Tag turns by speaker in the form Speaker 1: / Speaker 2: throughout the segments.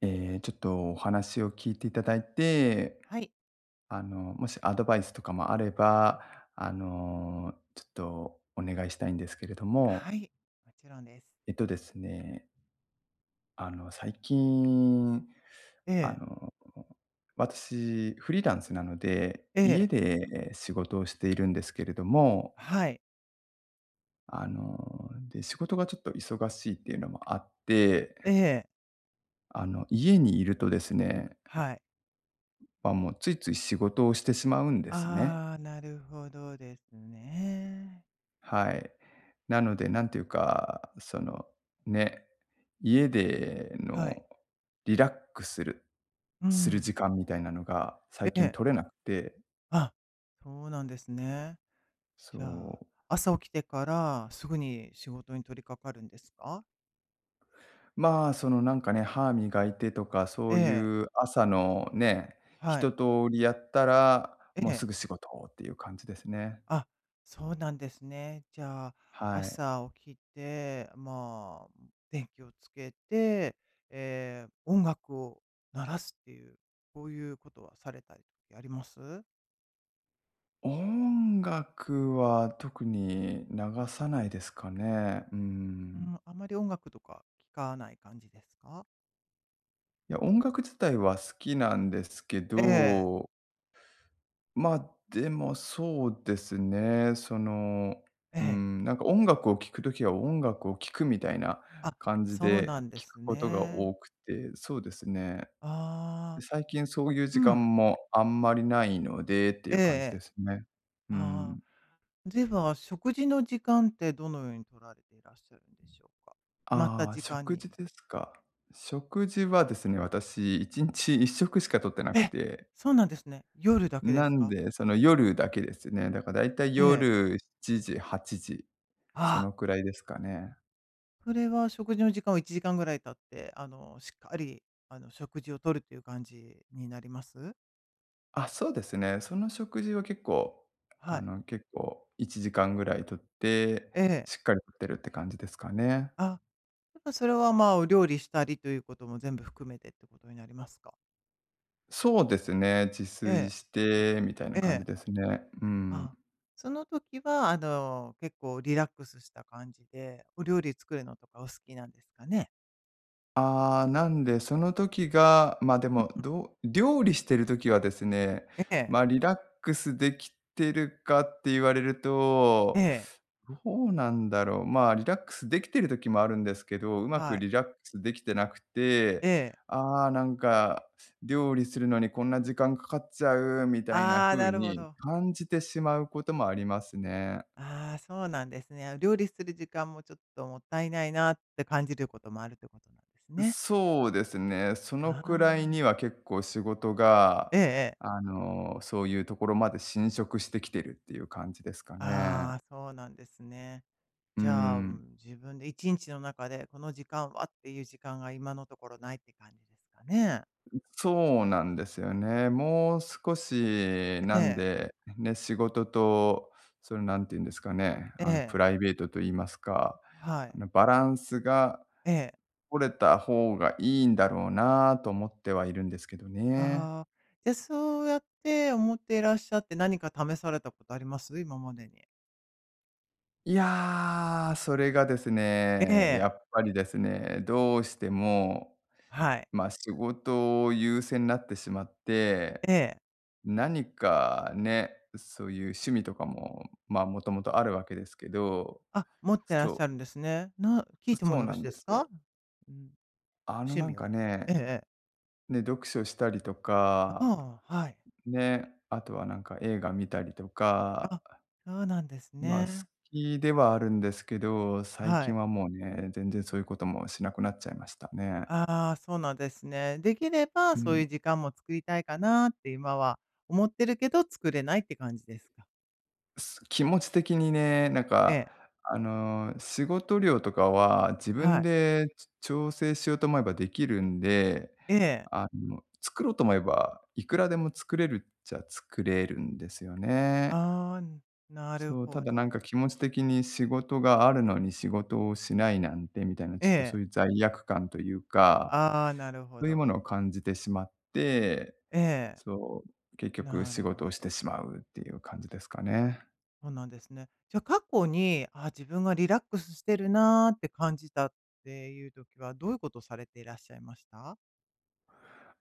Speaker 1: ちょっとお話を聞いていただいて、
Speaker 2: はい。
Speaker 1: もしアドバイスとかもあれば、ちょっとお願いしたいんですけれども、
Speaker 2: はい。もちろんです。
Speaker 1: えっとですね、最近、
Speaker 2: え
Speaker 1: あ
Speaker 2: え、
Speaker 1: の、私フリーランスなので、
Speaker 2: え
Speaker 1: 家
Speaker 2: え、
Speaker 1: で仕事をしているんですけれども、
Speaker 2: はい。
Speaker 1: で、仕事がちょっと忙しいっていうのもあって、
Speaker 2: ええ、
Speaker 1: 家にいるとですね、
Speaker 2: はい。
Speaker 1: まあ、もうついつい仕事をしてしまうんですね。
Speaker 2: ああ、なるほどですね。
Speaker 1: はい。なので、なんていうか、その、ね、家での
Speaker 2: はい。
Speaker 1: リラックスする
Speaker 2: う
Speaker 1: する
Speaker 2: ん。
Speaker 1: 時間みたいなのが最
Speaker 2: え
Speaker 1: 近
Speaker 2: え、
Speaker 1: 取れなくて、
Speaker 2: あ、そうなんですね。じゃ
Speaker 1: そ
Speaker 2: あ、
Speaker 1: う。
Speaker 2: 朝起きてからすぐに仕事に取り掛かるんですか？
Speaker 1: まあ、その、なんかね、歯磨いてとか、そ
Speaker 2: え
Speaker 1: う
Speaker 2: え、
Speaker 1: いう朝のね、
Speaker 2: は
Speaker 1: 一
Speaker 2: い。
Speaker 1: 通りやったら、
Speaker 2: え
Speaker 1: もうす
Speaker 2: え。
Speaker 1: ぐ仕事っていう感じですね。
Speaker 2: あ、そうなんですね。じゃあ、
Speaker 1: はい。
Speaker 2: 朝起きて、まあ、電気をつけて、音楽を鳴らすっていう、こういうことはされたりとかあります？
Speaker 1: 音楽は特に流さないですかね。うー
Speaker 2: う
Speaker 1: ん。
Speaker 2: ん、あまり音楽とか聞かない感じですか？
Speaker 1: いや、音楽自体は好きなんですけ
Speaker 2: ええ
Speaker 1: ど、ま、でもそうですね、その、
Speaker 2: え
Speaker 1: う
Speaker 2: え、
Speaker 1: ん、なんか音楽を聴くときは音楽を聴くみたいな
Speaker 2: あ、
Speaker 1: 感じ
Speaker 2: そう
Speaker 1: で
Speaker 2: なんで
Speaker 1: 聴く
Speaker 2: す
Speaker 1: ことが
Speaker 2: ね。
Speaker 1: 多くて、そうですね。
Speaker 2: あ
Speaker 1: で、
Speaker 2: あ、
Speaker 1: 最近そういう時
Speaker 2: う
Speaker 1: 間
Speaker 2: ん。
Speaker 1: もあんまりないのでってい
Speaker 2: ええ
Speaker 1: う
Speaker 2: え
Speaker 1: 感じで
Speaker 2: え、
Speaker 1: すね。う
Speaker 2: あ
Speaker 1: ん。
Speaker 2: あ、では、食事の時間ってどのように取られていらっしゃるんでしょうか？決まった
Speaker 1: ああ、
Speaker 2: 時間
Speaker 1: 食
Speaker 2: に。
Speaker 1: 事ですか。食事はですね、私1日1食しか取ってなく
Speaker 2: え、
Speaker 1: て
Speaker 2: そうなんですね。夜だけで
Speaker 1: な
Speaker 2: す
Speaker 1: ん
Speaker 2: か？
Speaker 1: で、その夜だけですね。だからだいたい
Speaker 2: ええ。
Speaker 1: 夜7時、8時、そ
Speaker 2: ああ、
Speaker 1: のくらいですかね。
Speaker 2: それは食事の時間を1時間ぐらい経って、しっかり、食事をとるっていう感じになります？
Speaker 1: あ、そうですね。その食事は結構、
Speaker 2: はい。
Speaker 1: 結構1時間ぐらいとって、
Speaker 2: ええ。
Speaker 1: しっかりとってるって感じですかね。
Speaker 2: あ、だからそれは、まあ、お料理したりということも全部含めてってことになりますか？
Speaker 1: そうですね、自
Speaker 2: え
Speaker 1: 炊
Speaker 2: え、
Speaker 1: してみたいな
Speaker 2: え
Speaker 1: 感じ
Speaker 2: え。
Speaker 1: ですね。う
Speaker 2: ああ、
Speaker 1: ん。
Speaker 2: その時は、結構リラックスした感じで、お料理作るのとかお好きなんですかね？
Speaker 1: ああ、なんで、その時が、ま、で
Speaker 2: う
Speaker 1: も、
Speaker 2: ん、
Speaker 1: どう料理してる時はですね、
Speaker 2: ええ、
Speaker 1: ま、リラックスできてるかって言われる
Speaker 2: え
Speaker 1: と、
Speaker 2: え、
Speaker 1: どうなんだろう。まあ、リラックスできてる時もあるんですけど、うまく
Speaker 2: はい、
Speaker 1: リラックスできてなくて、
Speaker 2: ええ。
Speaker 1: ああ、なんか、料理するのにこんな時間かかっちゃうみたいな
Speaker 2: ああ、
Speaker 1: 風
Speaker 2: なるほ
Speaker 1: に
Speaker 2: ど。
Speaker 1: 感じてしまうこともありますね。
Speaker 2: ああ、そうなんですね。料理する時間もちょっともったいないなって感じることもあるってことなんですね。
Speaker 1: そうですね。その
Speaker 2: あ
Speaker 1: くらい
Speaker 2: あ、
Speaker 1: には結構仕事が、
Speaker 2: ええええ。
Speaker 1: そういうところまで侵食してきてるっていう感じですかね。
Speaker 2: ああ、そうなんですね。
Speaker 1: う
Speaker 2: じゃあ、う
Speaker 1: ん。
Speaker 2: ん、自分で1日の中でこの時間はっていう時間が今のところないって感じですかね。
Speaker 1: そうなんですよね。もう少し、
Speaker 2: え
Speaker 1: なん
Speaker 2: え、
Speaker 1: で、ね、仕事と、そのなんて言うんですかね、
Speaker 2: え
Speaker 1: プ
Speaker 2: え、
Speaker 1: ライベートと言いますか、
Speaker 2: はい。
Speaker 1: バランスが
Speaker 2: ええ。
Speaker 1: 取れた方がいいんだろうなと思ってはいるんですけどね。
Speaker 2: ああ、じゃ、そうやって思っていらっしゃって何か試されたことあります？今までに。
Speaker 1: いや、それがです
Speaker 2: え
Speaker 1: ね、や
Speaker 2: え、
Speaker 1: っぱりですね、どうしても、
Speaker 2: はい、
Speaker 1: ま、仕事を優先なってしまって、
Speaker 2: ええ。
Speaker 1: 何かね、そういう趣味とかも、まあ、もともとあるわけですけど、
Speaker 2: あ、持ってらっし
Speaker 1: そ
Speaker 2: ゃるんですね。聞いても
Speaker 1: そう
Speaker 2: よろ
Speaker 1: な
Speaker 2: しい
Speaker 1: ん
Speaker 2: で
Speaker 1: で
Speaker 2: す
Speaker 1: すよ。
Speaker 2: か？うん、趣
Speaker 1: なん
Speaker 2: 味
Speaker 1: か
Speaker 2: を。ええ
Speaker 1: ね、
Speaker 2: ええ。
Speaker 1: ね、読書したりとか、
Speaker 2: ああ、はい。
Speaker 1: ね、あとはなんか映画見たりとか、
Speaker 2: あ、そうなんです
Speaker 1: まあ、好
Speaker 2: ね。
Speaker 1: きではあるんですけど、最
Speaker 2: は
Speaker 1: 近
Speaker 2: い。
Speaker 1: はもうね、全然そういうこともしなくなっちゃいましたね。
Speaker 2: ああ、そうなんですね。できれば
Speaker 1: う
Speaker 2: そう
Speaker 1: ん、
Speaker 2: いう時間も作りたいかなって今は思ってるけど、作れないって感じですか？
Speaker 1: す気持ち的にね、なん
Speaker 2: え
Speaker 1: か、
Speaker 2: え、
Speaker 1: 仕事量とかは自
Speaker 2: は
Speaker 1: 分
Speaker 2: い。
Speaker 1: でち調整しようと思えばできるんで、
Speaker 2: ええ。
Speaker 1: 作ろうと思えば、いくらでも作れるっちゃ作れるんですよね。
Speaker 2: ああ、なる
Speaker 1: そう、た
Speaker 2: ほ
Speaker 1: だなん
Speaker 2: ど。
Speaker 1: か気持ち的に仕事があるのに仕事をしないなんてみたいな、ち
Speaker 2: え
Speaker 1: ょっとそ
Speaker 2: え。
Speaker 1: ういう罪悪感というか、
Speaker 2: ああ、なるほ
Speaker 1: そういうも
Speaker 2: ど。
Speaker 1: のを感じてしまって、
Speaker 2: ええ、
Speaker 1: そう、結局
Speaker 2: な
Speaker 1: 仕
Speaker 2: る
Speaker 1: 事を
Speaker 2: ほ
Speaker 1: し
Speaker 2: ど。
Speaker 1: てしまうっていう感じですかね。
Speaker 2: そうなんですね。じゃあ過去に、あ、自分がリラックスしてるなーって感じたっていう時は、どういうことをされていらっしゃいました？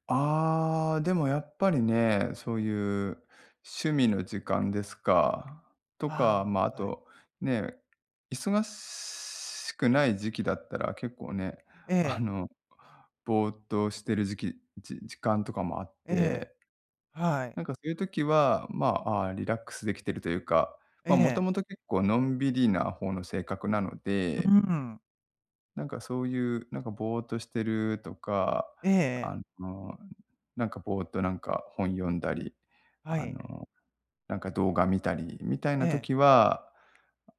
Speaker 1: ああ、でもやっぱりね、そういう趣味の時間ですか。とか、
Speaker 2: あ
Speaker 1: まあ、あ
Speaker 2: あ、はい。
Speaker 1: と、ね、忙しくない時期だったら結構ね、
Speaker 2: え
Speaker 1: あ
Speaker 2: え、
Speaker 1: の、ぼーっとしてる時期じ時間とかもあっ
Speaker 2: ええ、
Speaker 1: て、
Speaker 2: はい、
Speaker 1: なんかそういう時は、まあ、あーリラックスできてるというか、ま
Speaker 2: え
Speaker 1: あ、もと
Speaker 2: え、
Speaker 1: もと結構のんびりな方の性格なの
Speaker 2: うー
Speaker 1: で
Speaker 2: ん、
Speaker 1: なんかそういう、なんかぼーっとしてるとか、
Speaker 2: えええ
Speaker 1: あ
Speaker 2: え、
Speaker 1: の、なんかぼーっとなんか本読んだり、
Speaker 2: は
Speaker 1: あ
Speaker 2: い、
Speaker 1: の、なんか動画見たり
Speaker 2: ええうんええ
Speaker 1: みたいな
Speaker 2: はいえ
Speaker 1: 時
Speaker 2: え、
Speaker 1: は、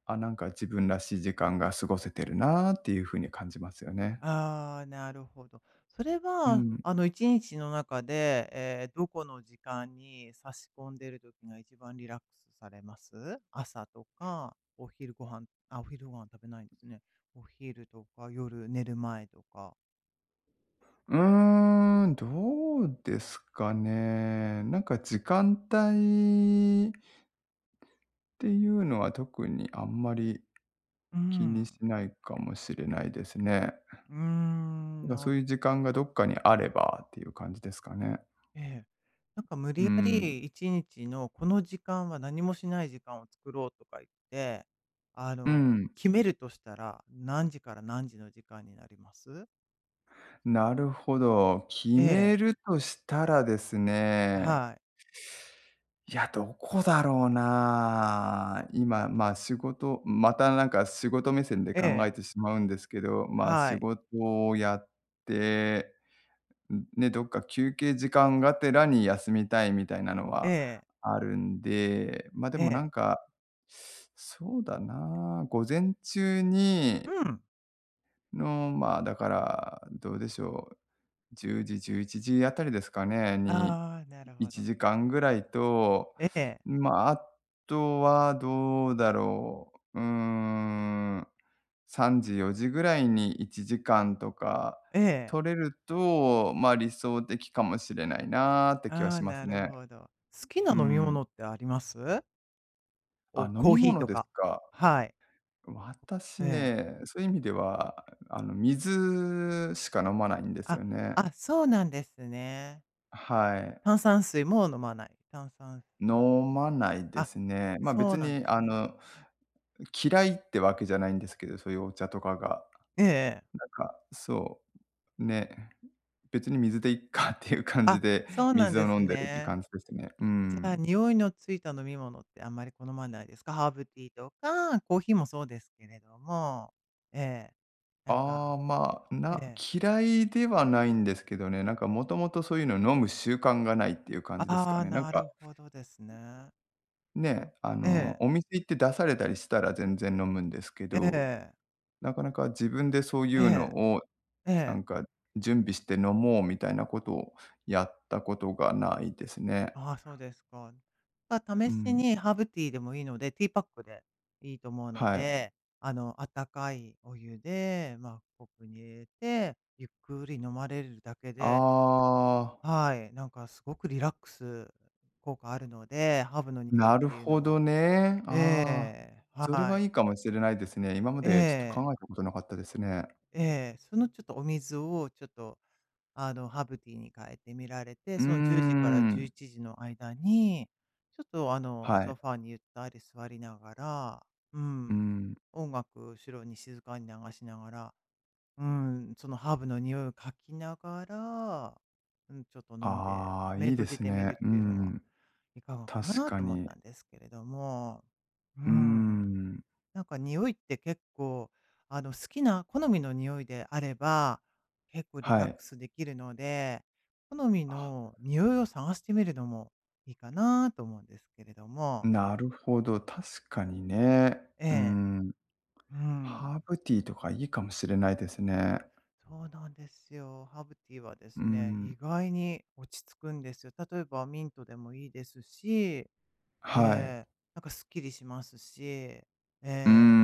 Speaker 1: あ、なんか自分らしい時間が過ごせてるなっていう風に感じますよね。
Speaker 2: ああ、なるほど。それ
Speaker 1: う
Speaker 2: は、
Speaker 1: ん。
Speaker 2: 1日の中で、どこの時間に差し込んでる時が一番リラックスされます？朝とか、お昼ご飯、あ、お昼ご飯食べないんですね。お昼とか、夜寝る前とか。
Speaker 1: うーん、どうですかね。なんか時間帯っていうのは特にあんまり
Speaker 2: う
Speaker 1: 気にし
Speaker 2: ん。
Speaker 1: ないかもしれないですね。
Speaker 2: うー
Speaker 1: な
Speaker 2: ん、
Speaker 1: んから
Speaker 2: な
Speaker 1: そうい
Speaker 2: る。
Speaker 1: う時間がどっかにあればっていう感じですかね。
Speaker 2: ええ。なんか無
Speaker 1: う
Speaker 2: 理や
Speaker 1: ん。
Speaker 2: り一日のこの時間は何もしない時間を作ろうとか言って、あ
Speaker 1: う
Speaker 2: の、
Speaker 1: ん。
Speaker 2: 決めるとしたら何時から何時の時間になります？
Speaker 1: なるほど。決
Speaker 2: え
Speaker 1: め
Speaker 2: え、
Speaker 1: るとしたらですね、
Speaker 2: はい。
Speaker 1: いや、どこだろうな。今、まあ仕事またなんか仕事目線で
Speaker 2: え
Speaker 1: 考
Speaker 2: え、
Speaker 1: えてしまうんですけど、まあ
Speaker 2: は
Speaker 1: 仕
Speaker 2: い。
Speaker 1: 事をやってね、どっか休憩時間がてらに休みたいみたいなの
Speaker 2: え
Speaker 1: は
Speaker 2: え、
Speaker 1: あるんで、ま、で
Speaker 2: え
Speaker 1: もな
Speaker 2: え。
Speaker 1: んか、そうだな、午前中に
Speaker 2: うん。
Speaker 1: の、まあ、だから、どうでしょう、10時、11時あたりですかね、に、
Speaker 2: ああ、なるほ
Speaker 1: 1
Speaker 2: ど。
Speaker 1: 時間ぐらいと、
Speaker 2: ええ、
Speaker 1: まあ、あとはどうだろう、うーん、3時、4時ぐらいに1時間とか
Speaker 2: ええ。
Speaker 1: 取れると、まあ、理想的かもしれないなーって
Speaker 2: あ
Speaker 1: 気は
Speaker 2: あ、
Speaker 1: します
Speaker 2: なる
Speaker 1: ね。
Speaker 2: ほど。好きな
Speaker 1: う
Speaker 2: 飲み
Speaker 1: ん。
Speaker 2: 物ってあります？
Speaker 1: あ、
Speaker 2: お、
Speaker 1: 飲
Speaker 2: コー
Speaker 1: み
Speaker 2: ヒー
Speaker 1: 物
Speaker 2: と
Speaker 1: です
Speaker 2: か。
Speaker 1: か。
Speaker 2: はい。
Speaker 1: 私
Speaker 2: ええ。
Speaker 1: ね、そういう意味では、水しか飲まないんです
Speaker 2: あ、
Speaker 1: よね。
Speaker 2: あ、そうなんですね。
Speaker 1: はい。
Speaker 2: 炭酸水も飲まない。炭酸水。
Speaker 1: 飲まないで
Speaker 2: あ、
Speaker 1: すね。ま、
Speaker 2: そ
Speaker 1: 別
Speaker 2: うなん
Speaker 1: に
Speaker 2: です
Speaker 1: あ
Speaker 2: ね。
Speaker 1: の、嫌いってわけじゃないんですけど、そういうお茶とかが。
Speaker 2: ええええ。
Speaker 1: なんか、そう、ね、別に水でいっかっていう感じ
Speaker 2: あ、
Speaker 1: で、
Speaker 2: そうなん
Speaker 1: 水を
Speaker 2: で
Speaker 1: 飲
Speaker 2: す
Speaker 1: んでるって
Speaker 2: ね。
Speaker 1: 感じですね。う
Speaker 2: じゃあ、
Speaker 1: ん。
Speaker 2: 匂いのついた飲み物ってあんまり好まないですか？ハーブティーとか、コーヒーもそうですけれども、ええ、なん
Speaker 1: ああ、
Speaker 2: か、
Speaker 1: まあ、
Speaker 2: え
Speaker 1: な
Speaker 2: え、
Speaker 1: 嫌いではないんですけどね、なんかもともとそういうの飲む習慣がないっていう感じですか
Speaker 2: ああ、
Speaker 1: ね。なん
Speaker 2: な
Speaker 1: か、
Speaker 2: るほどですね。う
Speaker 1: ね、
Speaker 2: ん、ええ、
Speaker 1: お店行って出されたりしたら全然飲むんですけ
Speaker 2: え
Speaker 1: ど、
Speaker 2: え、
Speaker 1: なかなか自分でそうい
Speaker 2: え
Speaker 1: う
Speaker 2: え、
Speaker 1: のを
Speaker 2: え
Speaker 1: なん
Speaker 2: え、
Speaker 1: か、準備して飲もうみたいなことをやったことがないですね。
Speaker 2: ああ、そうですか。まあ、
Speaker 1: う
Speaker 2: 試し
Speaker 1: ん。
Speaker 2: にハーブティーでもいいので、ティーパックでいいと思うの
Speaker 1: はい。
Speaker 2: で、温かいお湯で、まあ、コップに入れて、ゆっくり飲まれるだけ
Speaker 1: あ
Speaker 2: で、
Speaker 1: あ、
Speaker 2: はい、なんかすごくリラックス効果あるので、ハーブの匂い
Speaker 1: な
Speaker 2: っ
Speaker 1: る
Speaker 2: ていう
Speaker 1: ほ
Speaker 2: の
Speaker 1: ど
Speaker 2: は。
Speaker 1: ね。
Speaker 2: え
Speaker 1: ああ、
Speaker 2: え、
Speaker 1: それ
Speaker 2: は
Speaker 1: はい
Speaker 2: い。
Speaker 1: いかもしれないですね。今ま
Speaker 2: え
Speaker 1: でちょっと考
Speaker 2: え、
Speaker 1: えたことなかったですね。
Speaker 2: ええ、そのちょっとお水をちょっと、ハーブティーに変えてみられて、
Speaker 1: うー
Speaker 2: その10時から11
Speaker 1: ん。
Speaker 2: 時の間に、ちょっと
Speaker 1: はい。
Speaker 2: ソファーにゆったり座りながら、う
Speaker 1: う
Speaker 2: ん、
Speaker 1: ん。
Speaker 2: 音楽後ろに静かに流しながら、うん、そのハーブの匂いをかきながら、うん、ちょっと飲んで、
Speaker 1: ああ、
Speaker 2: 目
Speaker 1: いいで
Speaker 2: 閉じ
Speaker 1: す
Speaker 2: てみる
Speaker 1: ね。
Speaker 2: っ
Speaker 1: う
Speaker 2: ていうのは
Speaker 1: ん。
Speaker 2: いかがか
Speaker 1: 確
Speaker 2: な
Speaker 1: か
Speaker 2: と思っ
Speaker 1: に。
Speaker 2: たんですけれども、う
Speaker 1: うー
Speaker 2: ん。
Speaker 1: ん。
Speaker 2: なんか匂いって結構、好きな好みの匂いであれば、結構リ
Speaker 1: は
Speaker 2: ラッ
Speaker 1: い。
Speaker 2: クスできるので、好み
Speaker 1: あ、
Speaker 2: の匂いを探してみるのもいいかなと思うんですけれども、
Speaker 1: なるほど、確かにね。
Speaker 2: え
Speaker 1: うー
Speaker 2: え、
Speaker 1: ん。
Speaker 2: うん。
Speaker 1: ハーブティーとかいいかもしれないですね。
Speaker 2: そうなんですよ。ハーブティーはで
Speaker 1: うー
Speaker 2: すね、
Speaker 1: ん、
Speaker 2: 意外に落ち着くんですよ。例えばミントでもいいですし、え
Speaker 1: はい。
Speaker 2: え、なんかすっきりしますし、え
Speaker 1: うー
Speaker 2: え、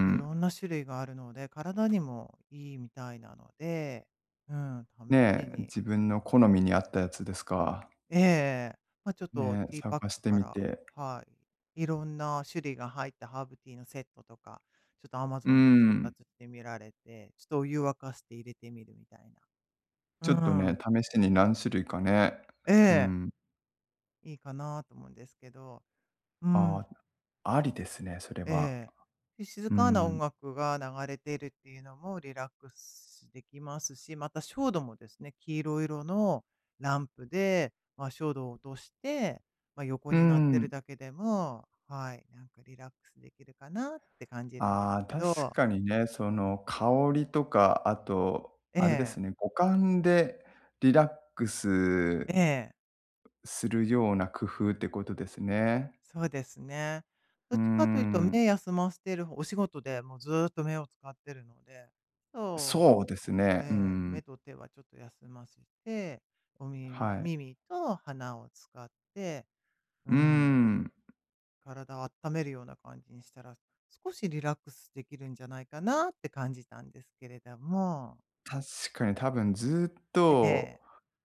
Speaker 2: いろんな種類があるので、体にもいいみたいなので、うん、試
Speaker 1: ね
Speaker 2: し
Speaker 1: え、
Speaker 2: に、
Speaker 1: 自分の好みに合ったやつですか。
Speaker 2: ええ、ま、ちょっと
Speaker 1: ねえ、
Speaker 2: ティーパック
Speaker 1: 探して
Speaker 2: か
Speaker 1: み
Speaker 2: ら、
Speaker 1: て。
Speaker 2: はい、いろんな種類が入ったハーブティーのセットとか、ちょっとアマ
Speaker 1: うー
Speaker 2: ゾンで調
Speaker 1: ん、
Speaker 2: 達してみられて、ちょっとお湯沸かして入れてみるみたいな。
Speaker 1: ちょっと
Speaker 2: う
Speaker 1: ね、
Speaker 2: ん。
Speaker 1: 試しに何種類かね。
Speaker 2: え
Speaker 1: う
Speaker 2: え、
Speaker 1: ん。
Speaker 2: いいかなと思うんですけど、う
Speaker 1: あ
Speaker 2: ん、
Speaker 1: あ、ありですね、それ
Speaker 2: え
Speaker 1: は。
Speaker 2: え。で、静
Speaker 1: う
Speaker 2: かな音
Speaker 1: ん。
Speaker 2: 楽が流れているっていうのもリラックスできますし、また照度もですね、黄色色のランプで、まあ、照度を落として、まあ、横
Speaker 1: う
Speaker 2: になってる
Speaker 1: ん。
Speaker 2: だけでも、はい、なんかリラックスできるかなって感じるんです
Speaker 1: ああ、
Speaker 2: け
Speaker 1: 確
Speaker 2: ど。
Speaker 1: かにね、その香りとか、あと、
Speaker 2: え
Speaker 1: あれで
Speaker 2: え、
Speaker 1: すね、五感でリラックス
Speaker 2: ええ。
Speaker 1: するような工夫ってことですね。
Speaker 2: そうですね。
Speaker 1: う
Speaker 2: ど
Speaker 1: ー
Speaker 2: っちかというと
Speaker 1: ん。
Speaker 2: 目休ませてる方、お仕事でもうずーっと目を使ってるので、そ
Speaker 1: そうです
Speaker 2: う、
Speaker 1: ね。う
Speaker 2: ええ、目
Speaker 1: ん。
Speaker 2: と手はちょっと休ませて、お耳
Speaker 1: はい。
Speaker 2: 耳と鼻を使って、う
Speaker 1: う
Speaker 2: ん、
Speaker 1: ん。
Speaker 2: 体を温めるような感じにしたら、少しリラックスできるんじゃないかなって感じたんですけれども、
Speaker 1: 確かに多分ずっ
Speaker 2: ええ、
Speaker 1: と、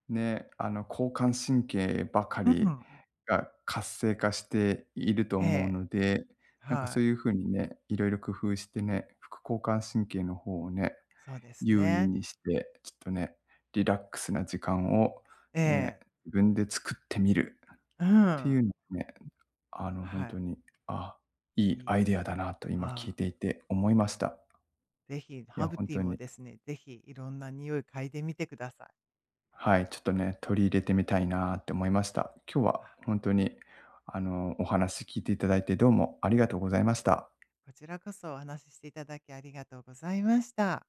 Speaker 1: ね、交感神経ばか
Speaker 2: う
Speaker 1: り
Speaker 2: ん、
Speaker 1: が活性化していると
Speaker 2: え
Speaker 1: 思う
Speaker 2: え、
Speaker 1: ので、なんか
Speaker 2: は
Speaker 1: そう
Speaker 2: い、
Speaker 1: いう風にね、いろいろ工夫してね、副交感神経の方をね、
Speaker 2: そうです
Speaker 1: 優位
Speaker 2: ね。
Speaker 1: にして、ちょっとね、リラックスな時間を
Speaker 2: え
Speaker 1: ね、
Speaker 2: え、
Speaker 1: 自分で作ってみるっ
Speaker 2: う
Speaker 1: てい
Speaker 2: ん、
Speaker 1: うのがね、
Speaker 2: は
Speaker 1: 本当
Speaker 2: い、
Speaker 1: に、あ、
Speaker 2: い
Speaker 1: いいア
Speaker 2: い、
Speaker 1: イデアだなと今聞い
Speaker 2: ああ。
Speaker 1: ていて思いました。
Speaker 2: ぜひ、
Speaker 1: い
Speaker 2: ハ
Speaker 1: や、
Speaker 2: ーブ
Speaker 1: 本
Speaker 2: ティ
Speaker 1: 当
Speaker 2: ーも
Speaker 1: に。
Speaker 2: ですね、ぜひいろんな匂い嗅いでみてください。
Speaker 1: はい、ちょっとね、取り入れてみたいなって思いました。今日は
Speaker 2: あ、
Speaker 1: 本当に、お話聞いていただいて、どうもありがとうございました。
Speaker 2: こちらこそお話ししていただきありがとうございました。